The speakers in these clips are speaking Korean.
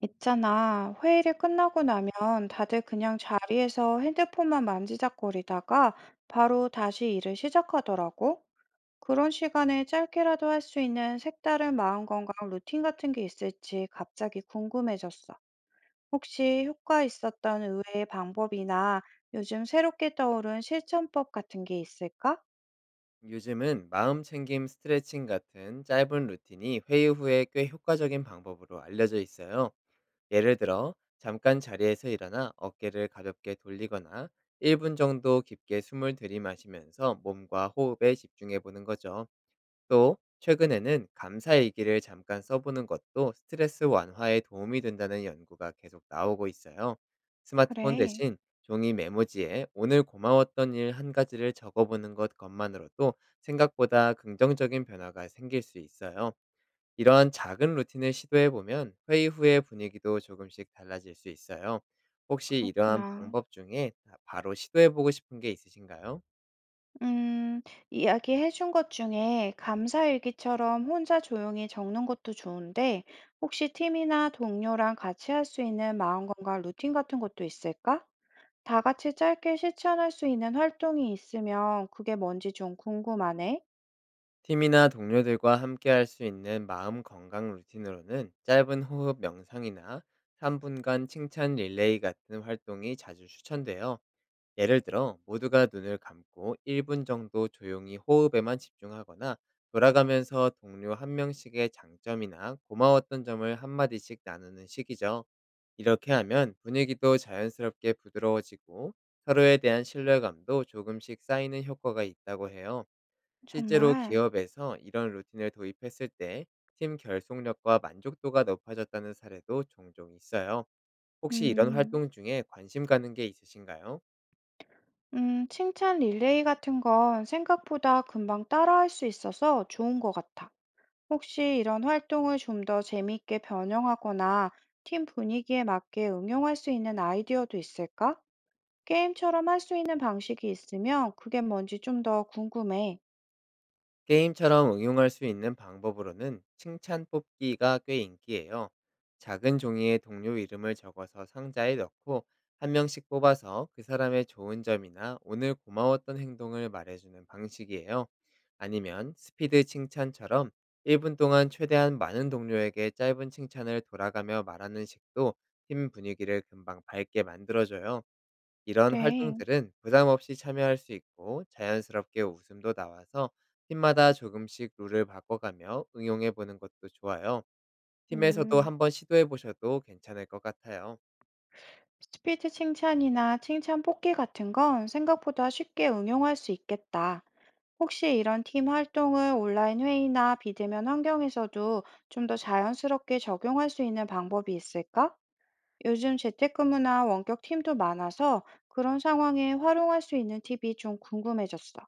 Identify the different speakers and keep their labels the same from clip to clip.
Speaker 1: 있잖아, 회의를 끝나고 나면 다들 그냥 자리에서 핸드폰만 만지작거리다가 바로 다시 일을 시작하더라고. 그런 시간에 짧게라도 할 수 있는 색다른 마음 건강 루틴 같은 게 있을지 갑자기 궁금해졌어. 혹시 효과 있었던 의외의 방법이나 요즘 새롭게 떠오른 실천법 같은 게 있을까?
Speaker 2: 요즘은 마음 챙김 스트레칭 같은 짧은 루틴이 회의 후에 꽤 효과적인 방법으로 알려져 있어요. 예를 들어, 잠깐 자리에서 일어나 어깨를 가볍게 돌리거나 1분 정도 깊게 숨을 들이마시면서 몸과 호흡에 집중해 보는 거죠. 또 최근에는 감사 일기를 잠깐 써보는 것도 스트레스 완화에 도움이 된다는 연구가 계속 나오고 있어요. 스마트폰
Speaker 1: 그래,
Speaker 2: 대신 종이 메모지에 오늘 고마웠던 일 한 가지를 적어보는 것 것만으로도 생각보다 긍정적인 변화가 생길 수 있어요. 이러한 작은 루틴을 시도해보면 회의 후의 분위기도 조금씩 달라질 수 있어요. 혹시 이러한
Speaker 1: 그렇구나.
Speaker 2: 방법 중에 아, 바로 시도해보고 싶은 게 있으신가요?
Speaker 1: 음, 이야기해 준 것 중에 감사일기처럼 혼자 조용히 적는 것도 좋은데, 혹시 팀이나 동료랑 같이 할 수 있는 마음건강 루틴 같은 것도 있을까? 다 같이 짧게 실천할 수 있는 활동이 있으면 그게 뭔지 좀 궁금하네.
Speaker 2: 팀이나 동료들과 함께 할 수 있는 마음 건강 루틴으로는 짧은 호흡 명상이나 3분간 칭찬 릴레이 같은 활동이 자주 추천돼요. 예를 들어, 모두가 눈을 감고 1분 정도 조용히 호흡에만 집중하거나 돌아가면서 동료 한 명씩의 장점이나 고마웠던 점을 한마디씩 나누는 식이죠. 이렇게 하면 분위기도 자연스럽게 부드러워지고 서로에 대한 신뢰감도 조금씩 쌓이는 효과가 있다고 해요. 실제로
Speaker 1: 정말.
Speaker 2: 기업에서 이런 루틴을 도입했을 때 팀 결속력과 만족도가 높아졌다는 사례도 종종 있어요. 혹시 이런
Speaker 1: 음,
Speaker 2: 활동 중에 관심 가는 게 있으신가요?
Speaker 1: 칭찬 릴레이 같은 건 생각보다 금방 따라할 수 있어서 좋은 것 같아. 혹시 이런 활동을 좀 더 재미있게 변형하거나 팀 분위기에 맞게 응용할 수 있는 아이디어도 있을까? 게임처럼 할 수 있는 방식이 있으면 그게 뭔지 좀 더 궁금해.
Speaker 2: 게임처럼 응용할 수 있는 방법으로는 칭찬 뽑기가 꽤 인기예요. 작은 종이에 동료 이름을 적어서 상자에 넣고 한 명씩 뽑아서 그 사람의 좋은 점이나 오늘 고마웠던 행동을 말해주는 방식이에요. 아니면 스피드 칭찬처럼 1분 동안 최대한 많은 동료에게 짧은 칭찬을 돌아가며 말하는 식도 팀 분위기를 금방 밝게 만들어줘요. 이런
Speaker 1: 그래.
Speaker 2: 활동들은 부담 없이 참여할 수 있고 자연스럽게 웃음도 나와서 팀마다 조금씩 룰을 바꿔가며 응용해 보는 것도 좋아요. 팀에서도
Speaker 1: 음,
Speaker 2: 한번 시도해 보셔도 괜찮을 것 같아요.
Speaker 1: 스피드 칭찬이나 칭찬 뽑기 같은 건 생각보다 쉽게 응용할 수 있겠다. 혹시 이런 팀 활동을 온라인 회의나 비대면 환경에서도 좀 더 자연스럽게 적용할 수 있는 방법이 있을까? 요즘 재택근무나 원격 팀도 많아서 그런 상황에 활용할 수 있는 팁이 좀 궁금해졌어.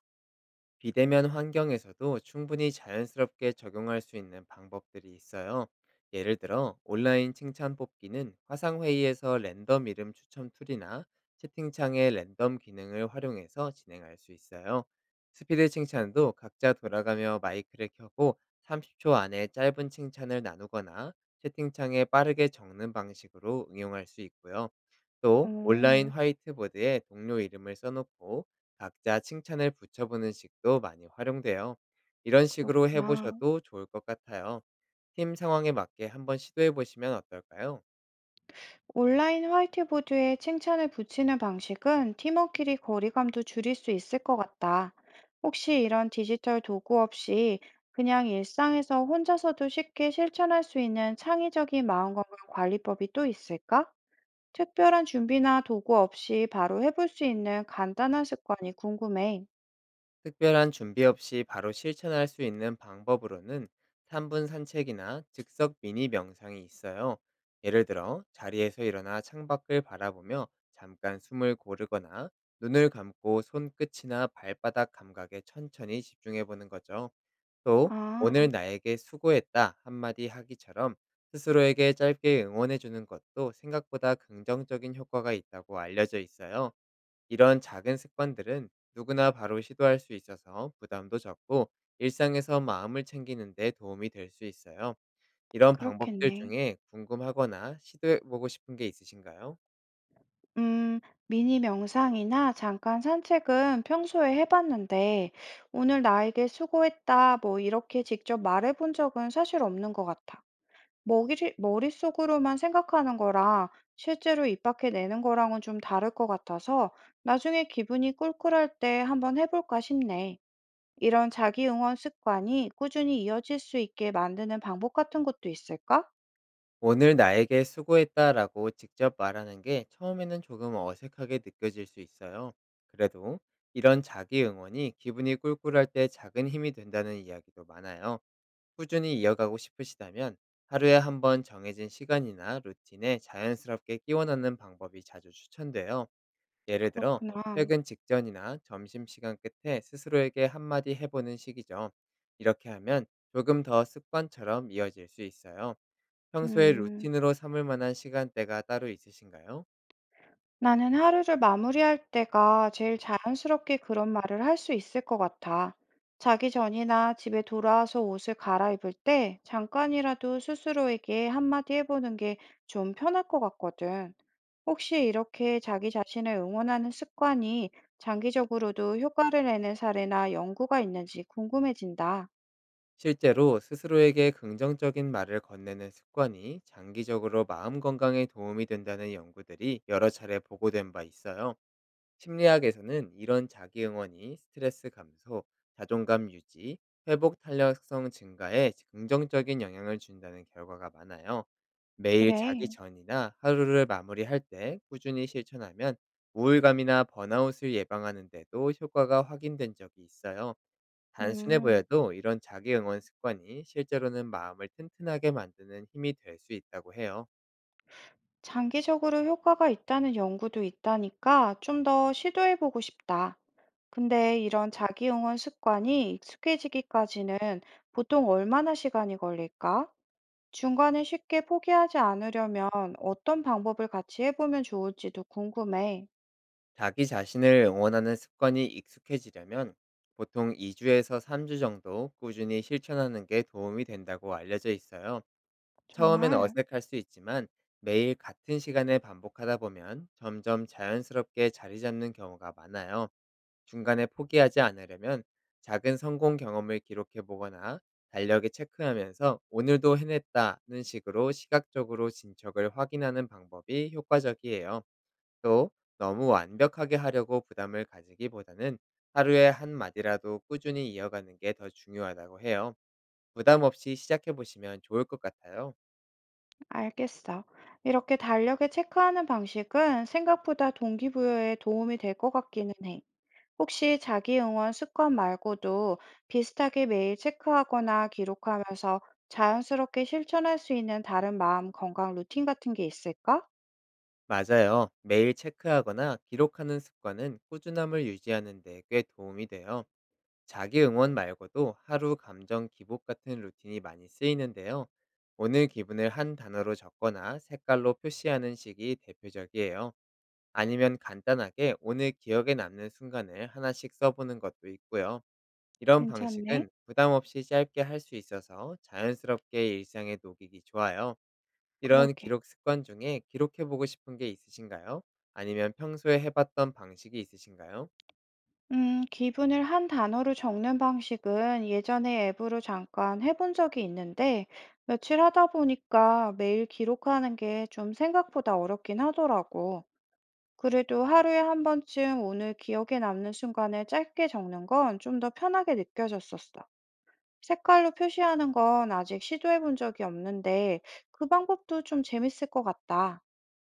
Speaker 2: 비대면 환경에서도 충분히 자연스럽게 적용할 수 있는 방법들이 있어요. 예를 들어, 온라인 칭찬 뽑기는 화상회의에서 랜덤 이름 추첨 툴이나 채팅창의 랜덤 기능을 활용해서 진행할 수 있어요. 스피드 칭찬도 각자 돌아가며 마이크를 켜고 30초 안에 짧은 칭찬을 나누거나 채팅창에 빠르게 적는 방식으로 응용할 수 있고요. 또 온라인
Speaker 1: 오,
Speaker 2: 화이트보드에 동료 이름을 써놓고 각자 칭찬을 붙여보는 식도 많이 활용돼요. 이런 식으로
Speaker 1: 그렇구나.
Speaker 2: 해보셔도 좋을 것 같아요. 팀 상황에 맞게 한번 시도해보시면 어떨까요?
Speaker 1: 온라인 화이트보드에 칭찬을 붙이는 방식은 팀원끼리 거리감도 줄일 수 있을 것 같다. 혹시 이런 디지털 도구 없이 그냥 일상에서 혼자서도 쉽게 실천할 수 있는 창의적인 마음건강 관리법이 또 있을까? 특별한 준비나 도구 없이 바로 해볼 수 있는 간단한 습관이 궁금해.
Speaker 2: 특별한 준비 없이 바로 실천할 수 있는 방법으로는 3분 산책이나 즉석 미니 명상이 있어요. 예를 들어 자리에서 일어나 창밖을 바라보며 잠깐 숨을 고르거나 눈을 감고 손끝이나 발바닥 감각에 천천히 집중해 보는 거죠. 또 "오늘
Speaker 1: 아.
Speaker 2: 나에게 수고했다. 한마디 하기"처럼 스스로에게 짧게 응원해 주는 것도 생각보다 긍정적인 효과가 있다고 알려져 있어요. 이런 작은 습관들은 누구나 바로 시도할 수 있어서 부담도 적고 일상에서 마음을 챙기는 데 도움이 될 수 있어요. 이런 방법들
Speaker 1: 그렇겠네.
Speaker 2: 중에 궁금하거나 시도해 보고 싶은 게 있으신가요?
Speaker 1: 음, 미니 명상이나 잠깐 산책은 평소에 해봤는데, 오늘 나에게 수고했다, 뭐 이렇게 직접 말해본 적은 사실 없는 것 같아. 머릿속으로만 생각하는 거랑 실제로 입 밖에 내는 거랑은 좀 다를 것 같아서 나중에 기분이 꿀꿀할 때 한번 해볼까 싶네. 이런 자기 응원 습관이 꾸준히 이어질 수 있게 만드는 방법 같은 것도 있을까?
Speaker 2: "오늘 나에게 수고했다."라고 직접 말하는 게 처음에는 조금 어색하게 느껴질 수 있어요. 그래도 이런 자기 응원이 기분이 꿀꿀할 때 작은 힘이 된다는 이야기도 많아요. 꾸준히 이어가고 싶으시다면 하루에 한번 정해진 시간이나 루틴에 자연스럽게 끼워 넣는 방법이 자주 추천돼요. 예를 들어
Speaker 1: 그렇구나.
Speaker 2: 퇴근 직전이나 점심시간 끝에 스스로에게 한 마디 해 보는 식이죠. 이렇게 하면 조금 더 습관처럼 이어질 수 있어요. 평소에
Speaker 1: 음.
Speaker 2: 루틴으로 삼을 만한 시간대가 따로 있으신가요?
Speaker 1: 나는 하루를 마무리할 때가 제일 자연스럽게 그런 말을 할 수 있을 것 같아. 자기 전이나 집에 돌아와서 옷을 갈아입을 때 잠깐이라도 스스로에게 한마디 해보는 게 좀 편할 것 같거든. 혹시 이렇게 자기 자신을 응원하는 습관이 장기적으로도 효과를 내는 사례나 연구가 있는지 궁금해진다.
Speaker 2: 실제로 스스로에게 긍정적인 말을 건네는 습관이 장기적으로 마음 건강에 도움이 된다는 연구들이 여러 차례 보고된 바 있어요. 심리학에서는 이런 자기 응원이 스트레스 감소, 자존감 유지, 회복 탄력성 증가에 긍정적인 영향을 준다는 결과가 많아요. 매일 자기
Speaker 1: 그래.
Speaker 2: 전이나 하루를 마무리할 때 꾸준히 실천하면 우울감이나 번아웃을 예방하는 데도 효과가 확인된 적이 있어요. 단순해
Speaker 1: 음,
Speaker 2: 보여도 이런 자기 응원 습관이 실제로는 마음을 튼튼하게 만드는 힘이 될 수 있다고 해요.
Speaker 1: 장기적으로 효과가 있다는 연구도 있다니까 좀 더 시도해보고 싶다. 근데 이런 자기 응원 습관이 익숙해지기까지는 보통 얼마나 시간이 걸릴까? 중간에 쉽게 포기하지 않으려면 어떤 방법을 같이 해보면 좋을지도 궁금해.
Speaker 2: 자기 자신을 응원하는 습관이 익숙해지려면 보통 2주에서 3주 정도 꾸준히 실천하는 게 도움이 된다고 알려져 있어요. 처음엔
Speaker 1: 정말?
Speaker 2: 어색할 수 있지만 매일 같은 시간에 반복하다 보면 점점 자연스럽게 자리 잡는 경우가 많아요. 중간에 포기하지 않으려면 작은 성공 경험을 기록해 보거나 달력에 체크하면서 오늘도 해냈다는 식으로 시각적으로 진척을 확인하는 방법이 효과적이에요. 또 너무 완벽하게 하려고 부담을 가지기보다는 하루에 한 마디라도 꾸준히 이어가는 게 더 중요하다고 해요. 부담 없이 시작해 보시면 좋을 것 같아요.
Speaker 1: 알겠어. 이렇게 달력에 체크하는 방식은 생각보다 동기부여에 도움이 될 것 같기는 해. 혹시 자기 응원 습관 말고도 비슷하게 매일 체크하거나 기록하면서 자연스럽게 실천할 수 있는 다른 마음 건강 루틴 같은 게 있을까?
Speaker 2: 맞아요. 매일 체크하거나 기록하는 습관은 꾸준함을 유지하는 데 꽤 도움이 돼요. 자기 응원 말고도 하루 감정 기복 같은 루틴이 많이 쓰이는데요. 오늘 기분을 한 단어로 적거나 색깔로 표시하는 식이 대표적이에요. 아니면 간단하게 오늘 기억에 남는 순간을 하나씩 써보는 것도 있고요. 이런 방식은
Speaker 1: 괜찮네.
Speaker 2: 부담 없이 짧게 할 수 있어서 자연스럽게 일상에 녹이기 좋아요. 이런
Speaker 1: 그러게.
Speaker 2: 기록 습관 중에 기록해보고 싶은 게 있으신가요? 아니면 평소에 해봤던 방식이 있으신가요?
Speaker 1: 기분을 한 단어로 적는 방식은 예전에 앱으로 잠깐 해본 적이 있는데, 며칠 하다 보니까 매일 기록하는 게 좀 생각보다 어렵긴 하더라고. 그래도 하루에 한 번쯤 오늘 기억에 남는 순간을 짧게 적는 건 좀 더 편하게 느껴졌었어. 색깔로 표시하는 건 아직 시도해 본 적이 없는데, 그 방법도 좀 재밌을 것 같다.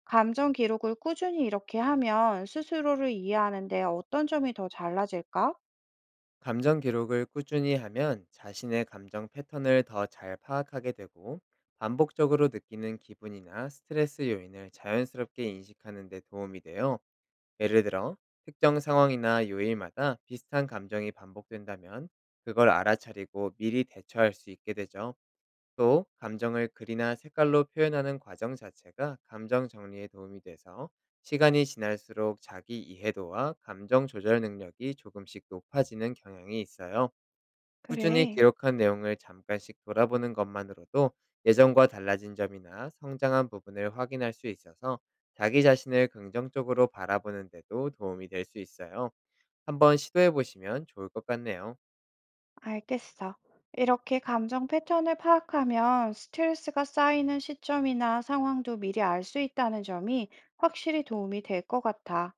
Speaker 1: 감정 기록을 꾸준히 이렇게 하면 스스로를 이해하는데 어떤 점이 더 달라질까?
Speaker 2: 감정 기록을 꾸준히 하면 자신의 감정 패턴을 더 잘 파악하게 되고 반복적으로 느끼는 기분이나 스트레스 요인을 자연스럽게 인식하는 데 도움이 돼요. 예를 들어, 특정 상황이나 요일마다 비슷한 감정이 반복된다면 그걸 알아차리고 미리 대처할 수 있게 되죠. 또 감정을 글이나 색깔로 표현하는 과정 자체가 감정 정리에 도움이 돼서 시간이 지날수록 자기 이해도와 감정 조절 능력이 조금씩 높아지는 경향이 있어요. 꾸준히
Speaker 1: 그래,
Speaker 2: 기록한 내용을 잠깐씩 돌아보는 것만으로도 예전과 달라진 점이나 성장한 부분을 확인할 수 있어서 자기 자신을 긍정적으로 바라보는 데도 도움이 될 수 있어요. 한번 시도해 보시면 좋을 것 같네요.
Speaker 1: 알겠어. 이렇게 감정 패턴을 파악하면 스트레스가 쌓이는 시점이나 상황도 미리 알 수 있다는 점이 확실히 도움이 될 것 같아.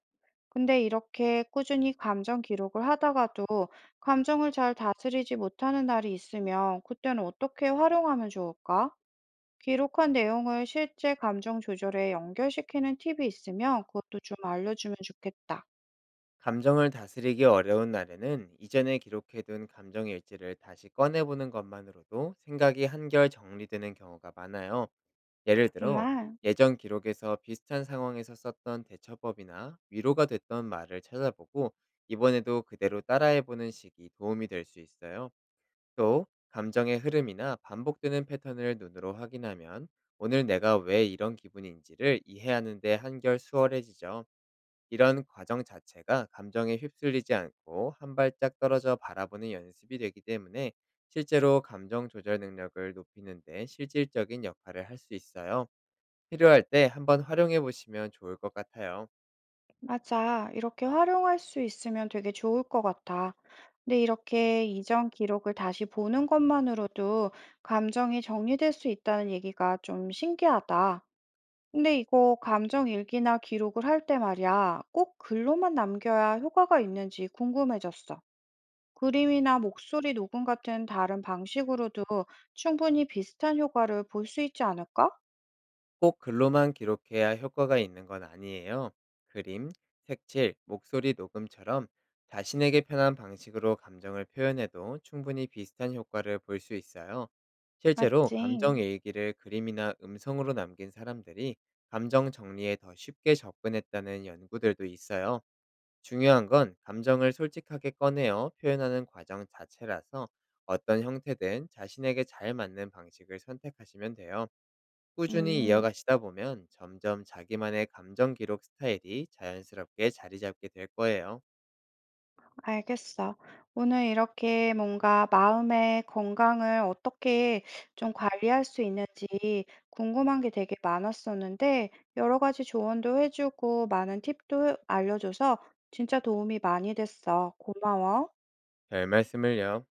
Speaker 1: 근데 이렇게 꾸준히 감정 기록을 하다가도 감정을 잘 다스리지 못하는 날이 있으면 그때는 어떻게 활용하면 좋을까? 기록한 내용을 실제 감정 조절에 연결시키는 팁이 있으면 그것도 좀 알려주면 좋겠다.
Speaker 2: 감정을 다스리기 어려운 날에는 이전에 기록해둔 감정 일지를 다시 꺼내보는 것만으로도 생각이 한결 정리되는 경우가 많아요. 예를 들어,
Speaker 1: 정말,
Speaker 2: 예전 기록에서 비슷한 상황에서 썼던 대처법이나 위로가 됐던 말을 찾아보고 이번에도 그대로 따라해보는 식이 도움이 될 수 있어요. 또, 감정의 흐름이나 반복되는 패턴을 눈으로 확인하면 오늘 내가 왜 이런 기분인지를 이해하는데 한결 수월해지죠. 이런 과정 자체가 감정에 휩쓸리지 않고 한 발짝 떨어져 바라보는 연습이 되기 때문에 실제로 감정 조절 능력을 높이는 데 실질적인 역할을 할 수 있어요. 필요할 때 한번 활용해 보시면 좋을 것 같아요.
Speaker 1: 맞아. 이렇게 활용할 수 있으면 되게 좋을 것 같아. 근데 이렇게 이전 기록을 다시 보는 것만으로도 감정이 정리될 수 있다는 얘기가 좀 신기하다. 근데 이거 감정 일기나 기록을 할 때 말이야, 꼭 글로만 남겨야 효과가 있는지 궁금해졌어. 그림이나 목소리 녹음 같은 다른 방식으로도 충분히 비슷한 효과를 볼 수 있지 않을까?
Speaker 2: 꼭 글로만 기록해야 효과가 있는 건 아니에요. 그림, 색칠, 목소리 녹음처럼 자신에게 편한 방식으로 감정을 표현해도 충분히 비슷한 효과를 볼 수 있어요. 실제로
Speaker 1: 맞지?
Speaker 2: 감정 일기를 그림이나 음성으로 남긴 사람들이 감정 정리에 더 쉽게 접근했다는 연구들도 있어요. 중요한 건 감정을 솔직하게 꺼내어 표현하는 과정 자체라서 어떤 형태든 자신에게 잘 맞는 방식을 선택하시면 돼요. 꾸준히
Speaker 1: 음,
Speaker 2: 이어가시다 보면 점점 자기만의 감정 기록 스타일이 자연스럽게 자리 잡게 될 거예요.
Speaker 1: 알겠어. 오늘 이렇게 뭔가 마음의 건강을 어떻게 좀 관리할 수 있는지 궁금한 게 되게 많았었는데, 여러 가지 조언도 해주고 많은 팁도 알려줘서 진짜 도움이 많이 됐어. 고마워.
Speaker 2: 별 말씀을요.